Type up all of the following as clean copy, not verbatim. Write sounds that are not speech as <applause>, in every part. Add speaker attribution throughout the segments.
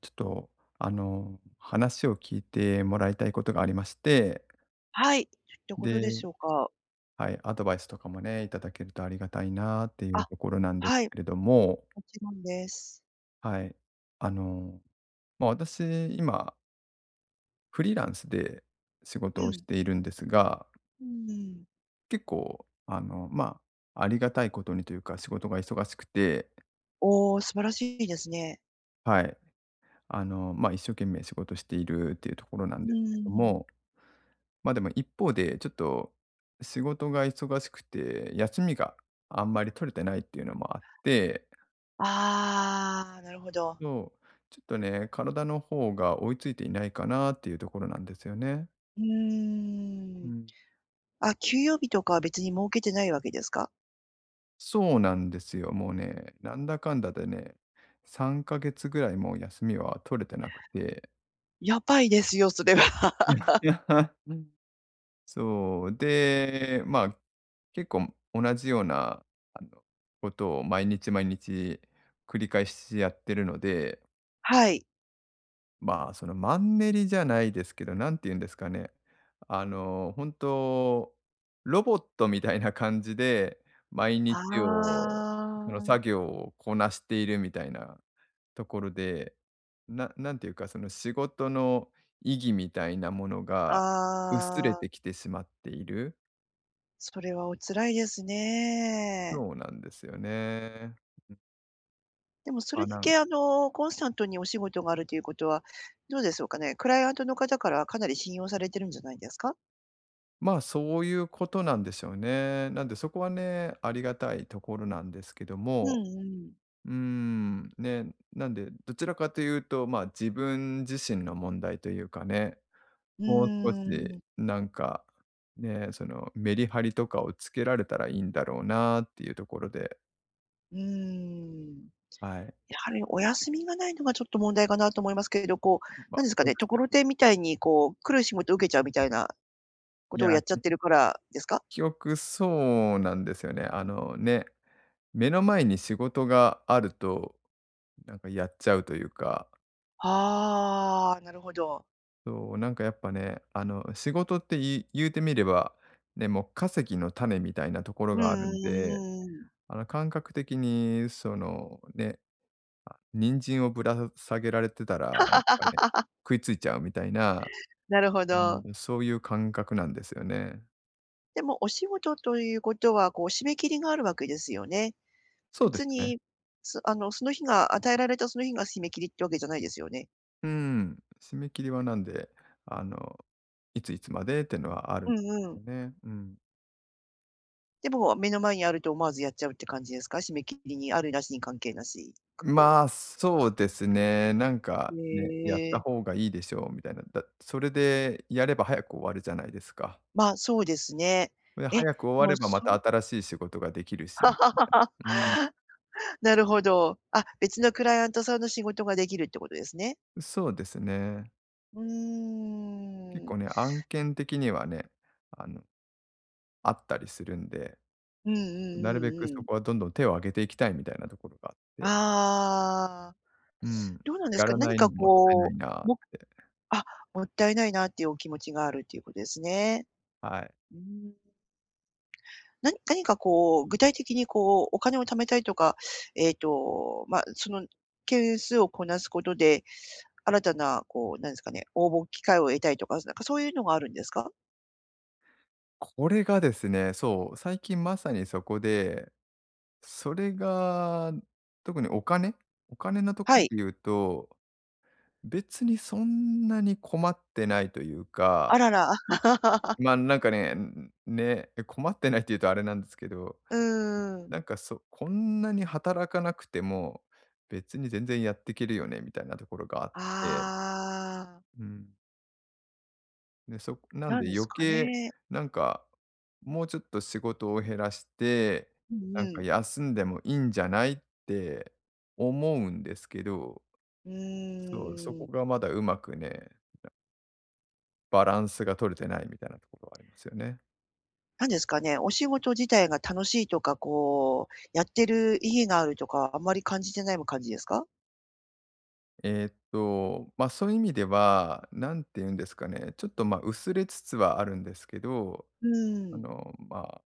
Speaker 1: ちょっと、話を聞いてもらいたいことがありまして、
Speaker 2: はい、ってことで
Speaker 1: で、
Speaker 2: しょうか。
Speaker 1: はい、アドバイスとかもね、いただけるとありがたいなってい
Speaker 2: あ、
Speaker 1: うところなんです
Speaker 2: はい、
Speaker 1: けれども、
Speaker 2: もちろんです。
Speaker 1: はい。あの、まあ、私、今、フリーランスで仕事
Speaker 2: う
Speaker 1: をし
Speaker 2: ん。
Speaker 1: ているんですが、
Speaker 2: うんうん。
Speaker 1: 結構、まあ、ありがたいことにというか、仕事が忙しくて、
Speaker 2: おお、素晴らしいですね。
Speaker 1: はい、まあ、一生懸命仕事しているっていうところなん
Speaker 2: う
Speaker 1: ですけ
Speaker 2: ー
Speaker 1: ど
Speaker 2: ん。
Speaker 1: も、ま、あでも一方で、ちょっと仕事が忙しくて、休みがあんまり取れてないっていうのもあって、
Speaker 2: ああ、なるほど。
Speaker 1: そう、ちょっとね、体の方が追いついていないかなっていうところなんですよね。
Speaker 2: うー
Speaker 1: う
Speaker 2: ん。
Speaker 1: ん。
Speaker 2: あ、休養日とかは別に設けてないわけですか？
Speaker 1: そうなんですよ。もうね、なんだかんだでね、3か月ぐらいもう休みは取れてなくて。
Speaker 2: やばいですよ、それは。<laughs>
Speaker 1: <laughs> うん。そう、で、まあ、結構同じような、あの、ことを毎日毎日繰り返しやってるので、
Speaker 2: はい。
Speaker 1: まあ、そのマンネリじゃないですけど、なんて言うんですかね。あの、本当、ロボットみたいな感じで、毎日
Speaker 2: あ
Speaker 1: を、その作
Speaker 2: あ。
Speaker 1: 業をこなしているみたいなところで、なんていうか、その仕事の意義みたいなものが薄れ
Speaker 2: ああ、
Speaker 1: てきてしまっている。
Speaker 2: それはお辛いですね。
Speaker 1: そうなんですよね。
Speaker 2: でもそ
Speaker 1: ま
Speaker 2: れ
Speaker 1: あ、
Speaker 2: だ
Speaker 1: な
Speaker 2: け
Speaker 1: ん
Speaker 2: コンスタントにお仕事があるということは、どうでしょうかね。クライアントの方からかなり信用されてるんじゃないですか？
Speaker 1: まあ、そういうことなんでしょうね。なんでそこはね、ありがたいところなんですけど
Speaker 2: う
Speaker 1: も、
Speaker 2: んうん。
Speaker 1: うーん、ね、なんで、どちらかというと、まあ、自分自身の問題というかね、
Speaker 2: う
Speaker 1: もう少
Speaker 2: ー
Speaker 1: し
Speaker 2: ん。
Speaker 1: なんか、ね、そのメリハリとかをつけられたらいいんだろうなっていうところで、
Speaker 2: うーん。
Speaker 1: はい。
Speaker 2: やはりお休みがないのがちょっと問題かなと思いますけれど、こう、
Speaker 1: ま
Speaker 2: な
Speaker 1: あ、
Speaker 2: んですか
Speaker 1: そう
Speaker 2: ね、
Speaker 1: で
Speaker 2: とこ
Speaker 1: す。
Speaker 2: ろてんみたいにこう、来る仕事を受けちゃうみたいなこ
Speaker 1: い
Speaker 2: と
Speaker 1: や、
Speaker 2: をやっちゃっ
Speaker 1: 結
Speaker 2: てるからですか？
Speaker 1: 局そうなんですよね。あのね、目の前に仕事があると、なんかやっちゃうというか、
Speaker 2: ああ、なるほど。
Speaker 1: そう、なんかやっぱね、あの仕事って言うてみれば、ね、もう化石の種みたいなところ
Speaker 2: うん
Speaker 1: がある
Speaker 2: うん
Speaker 1: ん
Speaker 2: う
Speaker 1: で、
Speaker 2: んうん。
Speaker 1: 感覚的に、その、ね、あ、人参をぶら下げられてたら、なんかね、食いついちゃうみたいな、
Speaker 2: なるほど。
Speaker 1: うん、そういう感覚なんですよね。
Speaker 2: でもお仕事ということは、こう締め切りがあるわけですよね。
Speaker 1: そうで
Speaker 2: 別
Speaker 1: すね。
Speaker 2: に、すあの、その日が与えられたその日が締め切りってわけじゃないですよね？
Speaker 1: うん。締め切りはなんで、あの、いついつまでっていうのはある
Speaker 2: う
Speaker 1: んで
Speaker 2: んう
Speaker 1: す
Speaker 2: ん。
Speaker 1: よね。うん。
Speaker 2: でも、目の前にあると思わずやっちゃうって感じですか？締め切りにあるなしに関係なし、かく。
Speaker 1: まあ、そうですね。なん
Speaker 2: へ
Speaker 1: かね、やった
Speaker 2: え、
Speaker 1: 方がいいでしょうみたいな。だそれでやれば早く終わるじゃないですか。
Speaker 2: まあ、そうですね。
Speaker 1: で、
Speaker 2: え、
Speaker 1: 早く終
Speaker 2: で
Speaker 1: わ
Speaker 2: も
Speaker 1: ればま
Speaker 2: そん
Speaker 1: た
Speaker 2: な
Speaker 1: 新しい仕事ができるし。うん。
Speaker 2: <laughs> なるほど。あ、別のクライアントさんの仕事ができるってことですね。
Speaker 1: そうですね。
Speaker 2: う
Speaker 1: 結
Speaker 2: ーん。
Speaker 1: 構ね、案件的にはね、あの、あったりするんで、
Speaker 2: うんうんう
Speaker 1: なるべ
Speaker 2: ん
Speaker 1: く
Speaker 2: う
Speaker 1: そ
Speaker 2: ん。
Speaker 1: こはどんどん手を挙げていきたいみたいなところがあって、
Speaker 2: ああ、
Speaker 1: うん。
Speaker 2: どうなんです
Speaker 1: や
Speaker 2: か？
Speaker 1: らな
Speaker 2: 何
Speaker 1: いの
Speaker 2: か
Speaker 1: もったいない
Speaker 2: こ
Speaker 1: なっ
Speaker 2: う、
Speaker 1: て。
Speaker 2: あ、もったいないなっていうお気持ちがあるっていうことですね。
Speaker 1: はい。
Speaker 2: うーん。なに何かこう、具体的にこう、お金を貯めたりとか、その件数をこなすことで、新たなこう、なんですかね、応募機会を得たりとか、なんかそういうのがあるんですか？
Speaker 1: これがですね、そう、最近まさにそこで、それが、特にお金のとこ
Speaker 2: は
Speaker 1: ろ
Speaker 2: い。
Speaker 1: で言うと、別にそんなに困ってないというか、
Speaker 2: あらら、<laughs>
Speaker 1: まあ、なんかね、困ってないって言うとあれなんですけど、
Speaker 2: うーん。
Speaker 1: なんかそこんなに働かなくても、別に全然やっていけるよねみたいなところがあって、
Speaker 2: ああ、
Speaker 1: うん。で、そなん
Speaker 2: なん
Speaker 1: で
Speaker 2: です
Speaker 1: 余
Speaker 2: か
Speaker 1: 計、
Speaker 2: ね。
Speaker 1: なんか、もうちょっと仕事を減らして、
Speaker 2: うん
Speaker 1: なん
Speaker 2: う
Speaker 1: か
Speaker 2: ん。
Speaker 1: 休んでもいいんじゃないって思うんですけど、
Speaker 2: う
Speaker 1: そう、そ
Speaker 2: ー、
Speaker 1: こがまだうまくね、バランスが取れてないみたいなところはありますよね。
Speaker 2: なんですかね、お仕事自体が楽しいとか、こう、やってる意義があるとか、あんまり感じてない感じですか？
Speaker 1: ま、そういう意味では、なんて言うんですかね、ちょっと、ま、薄れつつはあるんですけど、
Speaker 2: うーん、
Speaker 1: まあ、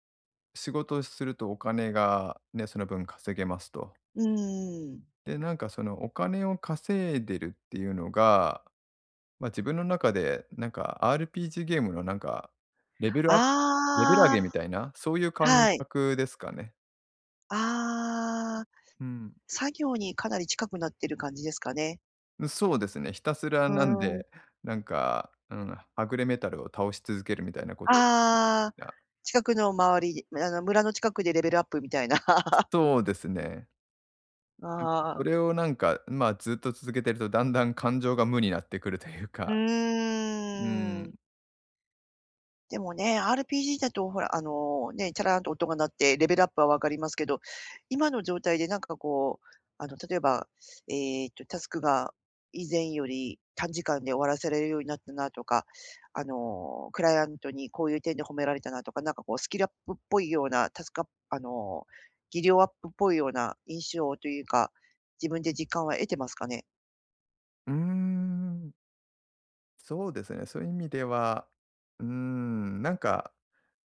Speaker 1: 仕事をするとお金がね、その分稼げますと。
Speaker 2: うーん。
Speaker 1: で、なんかそのお金を稼いでるっていうのが、まあ、自分の中でなんか RPG ゲームのなんか、レベルアップレベル上げみ
Speaker 2: あ
Speaker 1: たい
Speaker 2: あ、
Speaker 1: な、そういう感
Speaker 2: はい。
Speaker 1: 覚ですかね。
Speaker 2: ああ、
Speaker 1: うん。
Speaker 2: 作業にかなり近くなってる感じですかね。
Speaker 1: うん、そうですね、ひたすら
Speaker 2: う
Speaker 1: なん
Speaker 2: ー
Speaker 1: で、
Speaker 2: ん。
Speaker 1: なんか、うん、はぐれメタルを倒し続けるみたいなこと。
Speaker 2: ああ、
Speaker 1: あ、
Speaker 2: 近くの周り村の近くでレベルアップみたいな。<laughs>
Speaker 1: そうですね。なんか
Speaker 2: あ
Speaker 1: そ
Speaker 2: あ、
Speaker 1: れをなんか、まあ、ずっと続けてるとだんだん感情が無になってくるという
Speaker 2: う
Speaker 1: か。う
Speaker 2: ーん。
Speaker 1: ん。
Speaker 2: でもね、RPG だとほら、あの、ね、チャラーンと音が鳴ってレベルアップはわかりますけど、今の状態でなんかこう、あの、例えば、タスクが以前より短時間で終わらせられるようになったなとか、あの、クライアントにこういう点で褒められたなとか、なんかこうスキルアップっぽいような、タスクアップあの、技量アップっぽいような印象というか、自分で実感は得てますかね？
Speaker 1: うーん。そうですね。そういう意味では、うーん、なんか、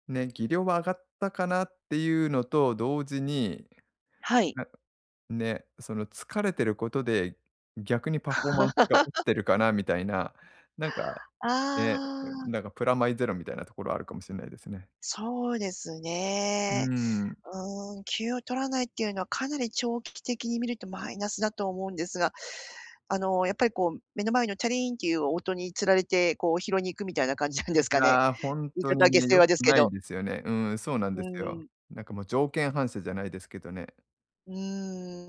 Speaker 1: ね、技量は上がったかなっていうのと同時に、
Speaker 2: はい。
Speaker 1: なね、その疲れてることで、逆にパフォーマンスが落ちてるかなみたいな、なんかね、
Speaker 2: あ
Speaker 1: なんか
Speaker 2: あ、
Speaker 1: プラマイゼロみたいなところあるかもしれないですね。
Speaker 2: そうです
Speaker 1: う
Speaker 2: ね。
Speaker 1: ん。
Speaker 2: うーん、休を取らないっていうのはかなり長期的に見るとマイナスだと思うんですが、あの、やっぱりこう目の前のチャリーンっていう音に釣られて、こう拾いに行くみたいな感じなんです
Speaker 1: い
Speaker 2: かね。
Speaker 1: や、ほん
Speaker 2: 言い
Speaker 1: と
Speaker 2: 方
Speaker 1: に
Speaker 2: は下
Speaker 1: ね、
Speaker 2: 世
Speaker 1: 良く
Speaker 2: 話ですけ
Speaker 1: ない
Speaker 2: ど。
Speaker 1: ですよね。うん、そうなん
Speaker 2: う
Speaker 1: です
Speaker 2: ー
Speaker 1: よ。
Speaker 2: ん。
Speaker 1: なんかもう条件反射じゃないですけどね。
Speaker 2: う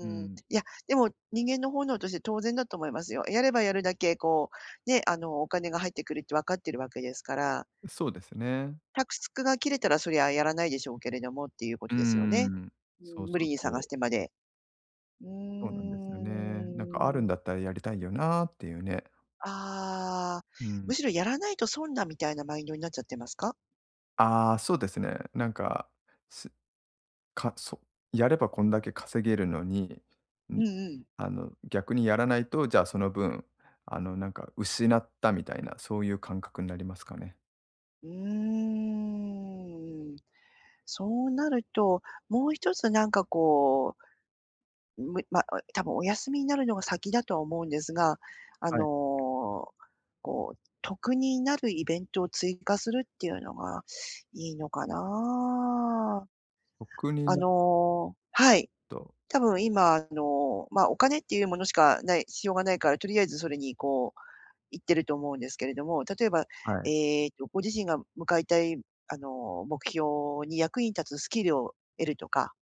Speaker 1: う
Speaker 2: ん。い
Speaker 1: ん、
Speaker 2: や、でも人間の本能として当然だと思いますよ。やればやるだけこう、ね、あの、お金が入ってくるって分かってるわけですから、
Speaker 1: そうですね。
Speaker 2: タスクが切れたらそりゃやらないでしょうけれどもっていうこ
Speaker 1: う
Speaker 2: と
Speaker 1: ー
Speaker 2: ですよね。
Speaker 1: ん。
Speaker 2: う
Speaker 1: そう
Speaker 2: ん、無
Speaker 1: そ
Speaker 2: 理
Speaker 1: う
Speaker 2: に
Speaker 1: そ
Speaker 2: 探し
Speaker 1: う。
Speaker 2: てまで。う
Speaker 1: そうなん
Speaker 2: ー
Speaker 1: ですよね。なんかあるんだっ
Speaker 2: ん。
Speaker 1: たらやりたいよなっていうね。
Speaker 2: ああ、
Speaker 1: うん。
Speaker 2: むしろやらないと損だみたいなマインドになっちゃってますか？
Speaker 1: ああ、そうですね。なんか、すかそやればこんだけ稼げるのに、
Speaker 2: う
Speaker 1: ん、
Speaker 2: んうん。
Speaker 1: 逆にやらないと、じゃあその分、なんか失ったみたいな、そういう感覚になりますかね。
Speaker 2: うーん、そうなると、もう一つなんかこう、むま、お多分お休みになるのが先だとは思うんですが、あ
Speaker 1: はい。
Speaker 2: の、こう、得になるイベントを追加するっていうのがいいのかな。
Speaker 1: 僕に
Speaker 2: あ
Speaker 1: なる
Speaker 2: の、はい。
Speaker 1: と、
Speaker 2: 多分今あの、まあ、お金っていうものしかない必要がないから、とりあえずそれにこう行ってると思うんですけれども、例えば、
Speaker 1: はい。
Speaker 2: ご自身が向かいたい、あの、目標に役に立つスキルを得るとか、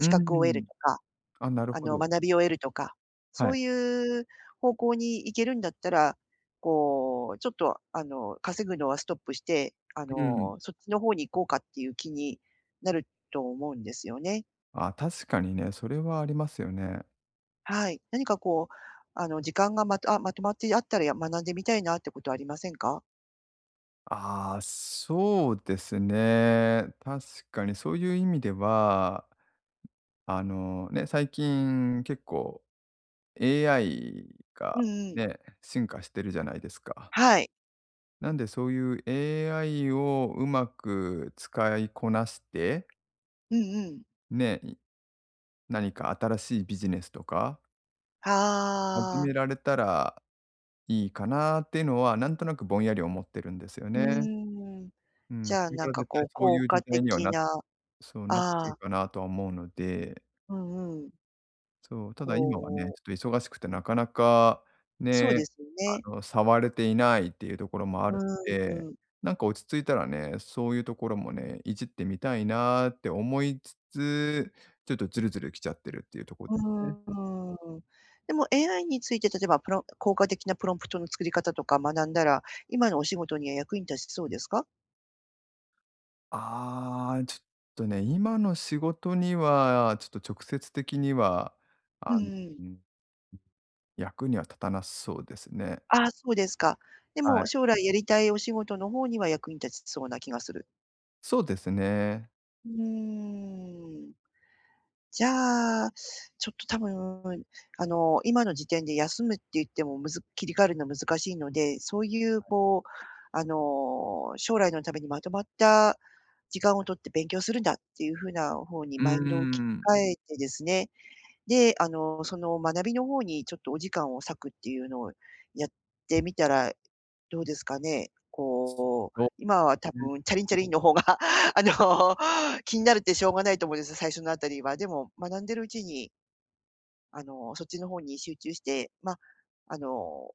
Speaker 1: う
Speaker 2: 格を得る
Speaker 1: ん。
Speaker 2: とか、
Speaker 1: あ、なる
Speaker 2: あ
Speaker 1: ほ
Speaker 2: の、
Speaker 1: ど。
Speaker 2: 学びを得るとか、そ
Speaker 1: はい。
Speaker 2: ういう方向に行けるんだったら、こう、ちょっと、あの、稼ぐのはストップして、あ
Speaker 1: うん。
Speaker 2: の、そっちの方に行こうかっていう気になると思うんですよね。
Speaker 1: あ、確かにね、それはありますよね。
Speaker 2: はい。何かこう、あの、時間がまとあ、まとまってあったら、や学んでみたいなってことはありませんか？
Speaker 1: ああ、そうですね。確かにそういう意味では、ね、最近結構 AI
Speaker 2: うん
Speaker 1: が
Speaker 2: うん。
Speaker 1: ね、進化してるじゃないですか。
Speaker 2: はい。
Speaker 1: なんでそういう AI をうまく使いこなして、
Speaker 2: うんうん。
Speaker 1: ね、何か新しいビジネスとか始
Speaker 2: ああ、
Speaker 1: められたらいいかなっていうのは、なんとなくぼんやり思ってるんですよ
Speaker 2: う
Speaker 1: ね。
Speaker 2: ーん。
Speaker 1: う
Speaker 2: じ
Speaker 1: ん。こ
Speaker 2: ゃあ、
Speaker 1: れ
Speaker 2: な
Speaker 1: か
Speaker 2: ん
Speaker 1: ら
Speaker 2: か
Speaker 1: 絶
Speaker 2: こ
Speaker 1: 対
Speaker 2: う、
Speaker 1: そう
Speaker 2: 効
Speaker 1: いう時
Speaker 2: 果
Speaker 1: 代には
Speaker 2: 的な、
Speaker 1: そうなっ
Speaker 2: あ
Speaker 1: てくる
Speaker 2: あ、
Speaker 1: かなとは思うので、
Speaker 2: うんうん。
Speaker 1: そう、た
Speaker 2: こ
Speaker 1: だ今はね、
Speaker 2: う、
Speaker 1: ちょっと忙しくてなかなか
Speaker 2: そう
Speaker 1: ね、
Speaker 2: ですよね。
Speaker 1: 触れていないっていうところもあ
Speaker 2: う
Speaker 1: るんで、
Speaker 2: ーん、
Speaker 1: なんか落ち着いたらね、そういうところもね、いじってみたいなって思いつつ、ちょっとズルズル来ちゃってるっていうところ
Speaker 2: う
Speaker 1: ですね。
Speaker 2: ーん。でも AI について、例えば効果的なプロンプトの作り方とか学んだら、今のお仕事には役に立ちそうですか？
Speaker 1: ああ、ちょっとね、今の仕事には、ちょっと直接的には、
Speaker 2: う
Speaker 1: あの、
Speaker 2: ん。
Speaker 1: うん、役には立たなそうですね。
Speaker 2: ああ、そうですか。で
Speaker 1: はい。
Speaker 2: も将来やりたいお仕事の方には役に立ちそうな気がする。
Speaker 1: そうですね。
Speaker 2: うーん。じゃあ、ちょっと多分、あの、今の時点で休むって言っても、むず切り替えるの難しいので、そういうこう、あの、将来のためにまとまった時間を取って勉強するんだっていう風な方に
Speaker 1: うー
Speaker 2: マインドを切り
Speaker 1: ん。
Speaker 2: 替えてですね、で、あの、その学びの方にちょっとお時間を割くっていうのをやってみたらどうですかね？こう、
Speaker 1: そう。
Speaker 2: 今は多分チャリンチャリンの方が <laughs>、あの、気になるってしょうがないと思うんです、最初のあたりは。でも、学んでるうちに、あの、そっちの方に集中して、まあ、あの、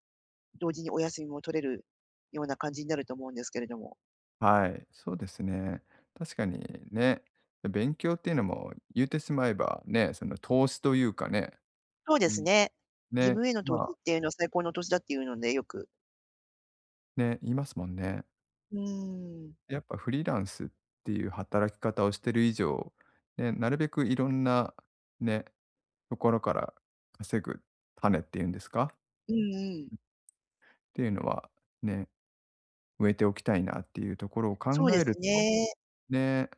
Speaker 2: 同時にお休みも取れるような感じになると思うんですけれども。
Speaker 1: はい、そうですね。確かにね、勉強っていうのも言うてしまえばね、その投資というかね、
Speaker 2: そう
Speaker 1: う
Speaker 2: です
Speaker 1: ん。
Speaker 2: ね。自
Speaker 1: ね、
Speaker 2: 分への投
Speaker 1: ま
Speaker 2: 資
Speaker 1: あ、
Speaker 2: っていうのは最高の投資だっていうので、よく。
Speaker 1: ね、言いますもんね。
Speaker 2: うん。
Speaker 1: やっぱフリーランスっていう働き方をしてる以上、ね、なるべくいろんなね、ところから稼ぐ種っていうんですかっ
Speaker 2: うんうん。
Speaker 1: ていうのはね、植えておきたいなっていうところを考
Speaker 2: そうで
Speaker 1: え
Speaker 2: す
Speaker 1: ると、
Speaker 2: ね。
Speaker 1: ね、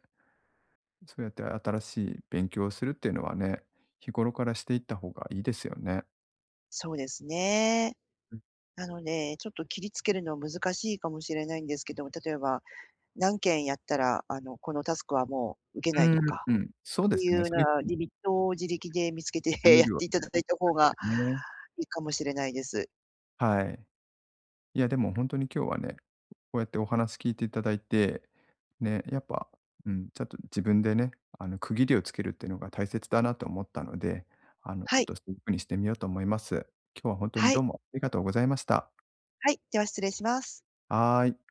Speaker 1: そうやって新しい勉強をするっていうのはね、日頃からしていった方がいいですよね。
Speaker 2: そうですね。なので、ちょっと切りつけるのは難しいかもしれないんですけども、例えば何件やったら、あの、このタスクはもう受けな
Speaker 1: う
Speaker 2: い
Speaker 1: ん、
Speaker 2: とか
Speaker 1: うん、そうで
Speaker 2: ってい
Speaker 1: す
Speaker 2: うよ
Speaker 1: ね。
Speaker 2: う
Speaker 1: そういう
Speaker 2: な
Speaker 1: 風に
Speaker 2: リミットを自力で見つけて
Speaker 1: ル
Speaker 2: <laughs>
Speaker 1: ー
Speaker 2: やっ
Speaker 1: ルは
Speaker 2: ていた
Speaker 1: あ
Speaker 2: だ
Speaker 1: っ
Speaker 2: いた方が
Speaker 1: てね。
Speaker 2: いいかもしれないです。
Speaker 1: はい。いや、でも本当に今日はね、こうやってお話聞いていただいて、ね、やっぱ、うん、ちょっと自分でね、区切りをつけるっていうのが大切だなと思ったので、ち
Speaker 2: はい。
Speaker 1: ょっとそういう風にしてみようと思います。今日は本当に
Speaker 2: は
Speaker 1: ど
Speaker 2: い。
Speaker 1: うもありがとうございました。
Speaker 2: はい。では失礼します。
Speaker 1: はーい。